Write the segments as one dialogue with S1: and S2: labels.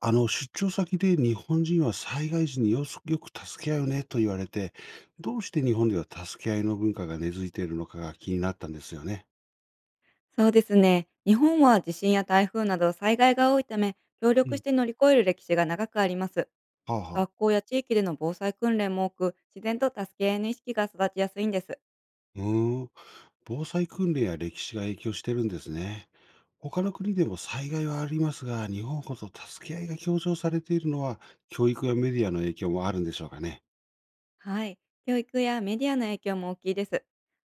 S1: 出張先で日本人は災害時によく助け合うねと言われて、どうして日本では助け合いの文化が根付いているのかが気になったんですよね。
S2: そうですね。日本は地震や台風など災害が多いため、協
S1: う
S2: 力し
S1: ん、
S2: て乗り越える歴史が長くあります。
S1: はあはあ。
S2: 学校や地域での防災訓練も多く、自然と助け合いの意識が育ちやすいんです。
S1: うーん。防災訓練や歴史が影響してるんですね。他の国でも災害はありますが、日本ほど助け合いが強調されているのは、教育やメディアの影響もあるんでしょうかね。
S2: はい。教育やメディアの影響も大きいです。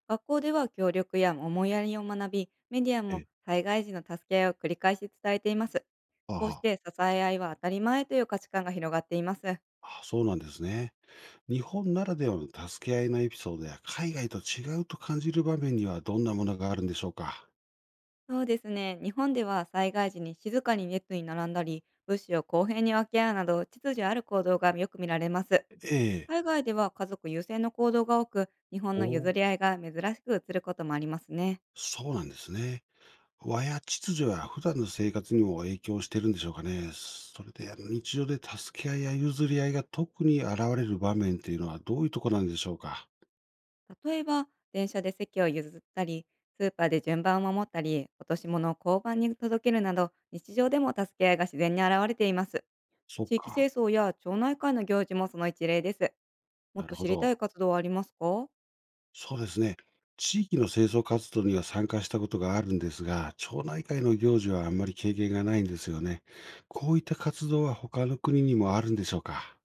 S2: 学校では協力や思いやりを学び、メディアも
S1: ええ、
S2: 災害時の助け合いを繰り返し伝えています。
S1: は
S2: こ
S1: あは
S2: うし
S1: あ。
S2: て支え合いは当たり前という価値観が広がっています。
S1: あ、そうなんですね。日本ならではの助け合いのエピソードや海外と違うと感じる場面にはどんなものがあるんでしょうか？
S2: そうですね。日本では災害時に静かに列に並んだり、物資を公平に分け合うなど、秩序ある行動がよく見られます。
S1: ええ。
S2: 海外では家族優先の行動が多く、日本の譲
S1: お、
S2: り合いが珍しく映ることもありますね。
S1: そうなんですね。和や秩序や普段の生活にも影響してるんでしょうかね。それで日常で助け合いや譲り合いが特に現れる場面っていうのはどういうとこなんでしょうか？
S2: 例えば、電車で席を譲ったり、スーパーで順番を守ったり、落とし物を交番に届けるなど、日常でも助け合いが自然に現れています。
S1: そっ
S2: 地域
S1: か。
S2: 清掃や町内会の行事もその一例です。もっ
S1: な
S2: と
S1: るほ
S2: 知りたい
S1: ど。
S2: 活動はありますか？
S1: そうですね。地域の清掃活動には参加したことがあるんですが、町内会の行事はあんまり経験がないんですよね。こういった活動は他の国にもあるんでしょうか？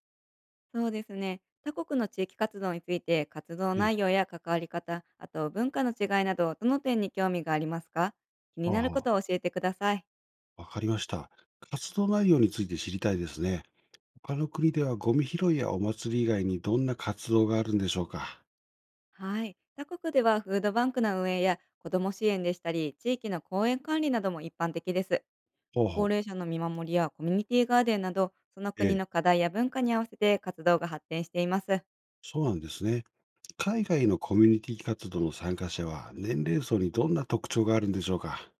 S2: そうですね。他国の地域活動について活動
S1: ええ、
S2: 内容や関わり方、あと文化の違いなど、どの点に興味がありますか？気に
S1: あ
S2: なること
S1: あ、
S2: を教えてください。
S1: わかりました。活動内容について知りたいですね。他の国ではゴミ拾いやお祭り以外にどんな活動があるんでしょうか？
S2: はい。他国ではフードバンクの運営や子ども支援でしたり、地域の公園管理なども一般的です。
S1: ほうほ
S2: 高
S1: う。
S2: 齢者の見守りやコミュニティガーデンなど、その
S1: え
S2: 国
S1: え、
S2: の課題や文化に合わせて活動が発展しています。
S1: そうなんですね。海外のコミュニティ活動の参加者は年齢層にどんな特徴があるんでしょうか？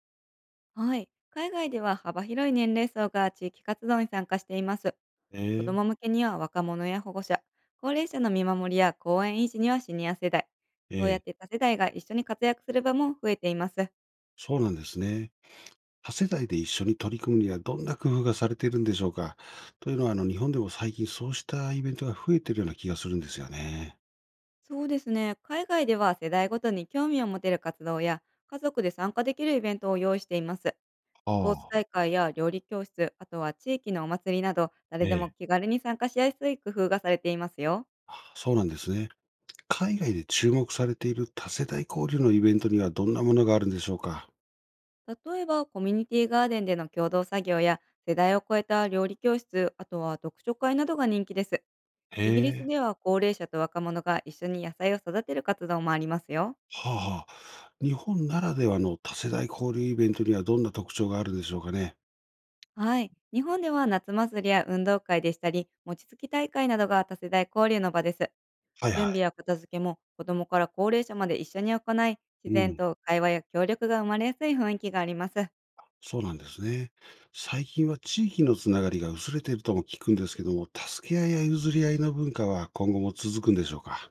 S2: はい。海外では幅広い年齢層が地域活動に参加しています。
S1: え
S2: 子ど
S1: え、
S2: も向けには若者や保護者、高齢者の見守りや公園維持にはシニア世代、
S1: え
S2: そうやっ
S1: え、
S2: て多世代が一緒に活躍する場も増えています。
S1: そうなんですね。多世代で一緒に取り組むにはどんな工夫がされているんでしょうか？というのは、日本でも最近そうしたイベントが増えているような気がするんですよね。
S2: そうですね、海外では世代ごとに興味を持てる活動や家族で参加できるイベントを用意しています。スポーツ
S1: ああ、
S2: 大会や料理教室、あとは地域のお祭りなど、誰
S1: え
S2: でも
S1: え。
S2: 気軽に参加しやすい工夫がされていますよ。
S1: そうなんですね。海外で注目されている多世代交流のイベントにはどんなものがあるんでしょうか？
S2: 例えば、コミュニティガーデンでの共同作業や、世代を超えた料理教室、あとは読書会などが人気です。
S1: へ
S2: イギリス
S1: え。
S2: では高齢者と若者が一緒に野菜を育てる活動もありますよ。
S1: はあはあ。日本ならではの多世代交流イベントにはどんな特徴があるんでしょうかね？
S2: はい。日本では夏祭りや運動会でしたり、餅つき大会などが多世代交流の場です。
S1: はい
S2: 準
S1: はい。
S2: 備や片付けも子供から高齢者まで一緒に行い、
S1: う
S2: 自然
S1: ん。
S2: と会話や協力が生まれやすい雰囲気があります。
S1: そうなんですね。最近は地域のつながりが薄れているとも聞くんですけども、助け合いや譲り合いの文化は今後も続くんでしょうか。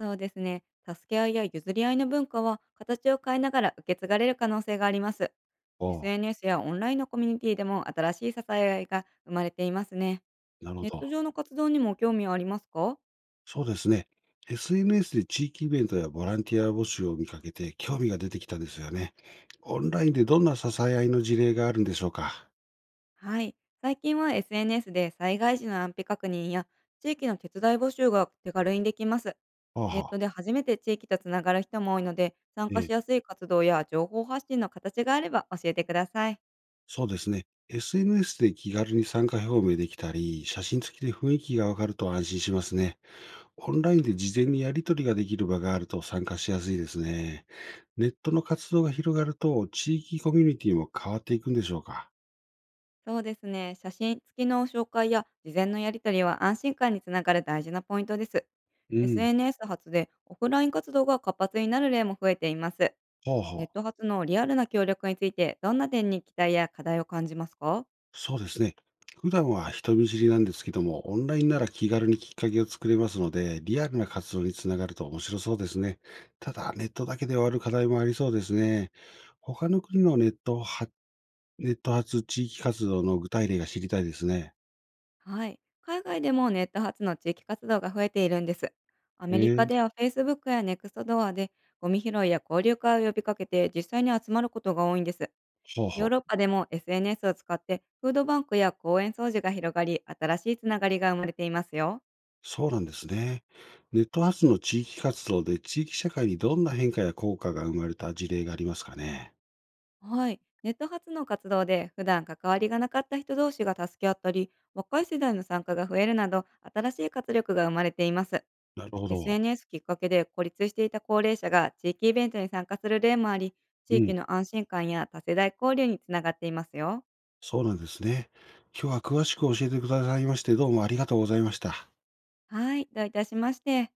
S2: そうですね。助け合いや譲り合いの文化は形を変えながら受け継がれる可能性があります。
S1: おう、
S2: SNS やオンラインのコミュニティでも新しい支え合いが生まれていますね。
S1: なるほ
S2: ネッ
S1: ど。
S2: ト上の活動にも興味はありますか？
S1: そうですね。SNS で地域イベントやボランティア募集を見かけて興味が出てきたんですよね。オンラインでどんな支え合いの事例があるんでしょうか。
S2: はい。最近は SNS で災害時の安否確認や地域の手伝い募集が手軽にできます。
S1: はあ
S2: ネッ
S1: は
S2: ト
S1: あ、
S2: で初めて地域とつながる人も多いので、参加
S1: え
S2: し
S1: え、
S2: やすい活動や情報発信の形があれば教えてください。
S1: そうですね。SNS で気軽に参加表明できたり、写真付きで雰囲気がわかると安心しますね。オンラインで事前にやり取りができる場があると参加しやすいですね。ネットの活動が広がると、地域コミュニティも変わっていくんでしょうか？
S2: そうですね。写真付きの紹介や事前のやり取りは安心感につながる大事なポイントです。
S1: うん。
S2: SNS 発でオフライン活動が活発になる例も増えています。
S1: ほうほう。
S2: ネット発のリアルな協力について、どんな点に期待や課題を感じますか？
S1: そうですね。普段は人見知りなんですけども、オンラインなら気軽にきっかけを作れますので、リアルな活動につながると面白そうですね。ただ、ネットだけで終わる課題もありそうですね。他の国のネット発地域活動の具体例が知りたいですね。
S2: はい。海外でもネット発の地域活動が増えているんです。アメリカ
S1: え
S2: で
S1: え、
S2: は Facebook や NEXTDOOR でゴミ拾いや交流会を呼びかけて実際に集まることが多いんです。
S1: ほう
S2: ヨ
S1: ほ
S2: ー
S1: う。
S2: ロッパでも SNS を使ってフードバンクや公園掃除が広がり、新しいつながりが生まれていますよ。
S1: そうなんですね。ネット発の地域活動で地域社会にどんな変化や効果が生まれた事例がありますかね。
S2: はい。ネット発の活動で普段関わりがなかった人同士が助け合ったり、若い世代の参加が増えるなど、新しい活力が生まれています。
S1: なるほど。
S2: SNS きっかけで孤立していた高齢者が地域イベントに参加する例もあり、
S1: う
S2: 地域
S1: ん。
S2: の安心感や多世代交流につながっていますよ。
S1: そうなんですね。今日は詳しく教えてくださいまして、どうもありがとうございました。
S2: はい、どういたしまして。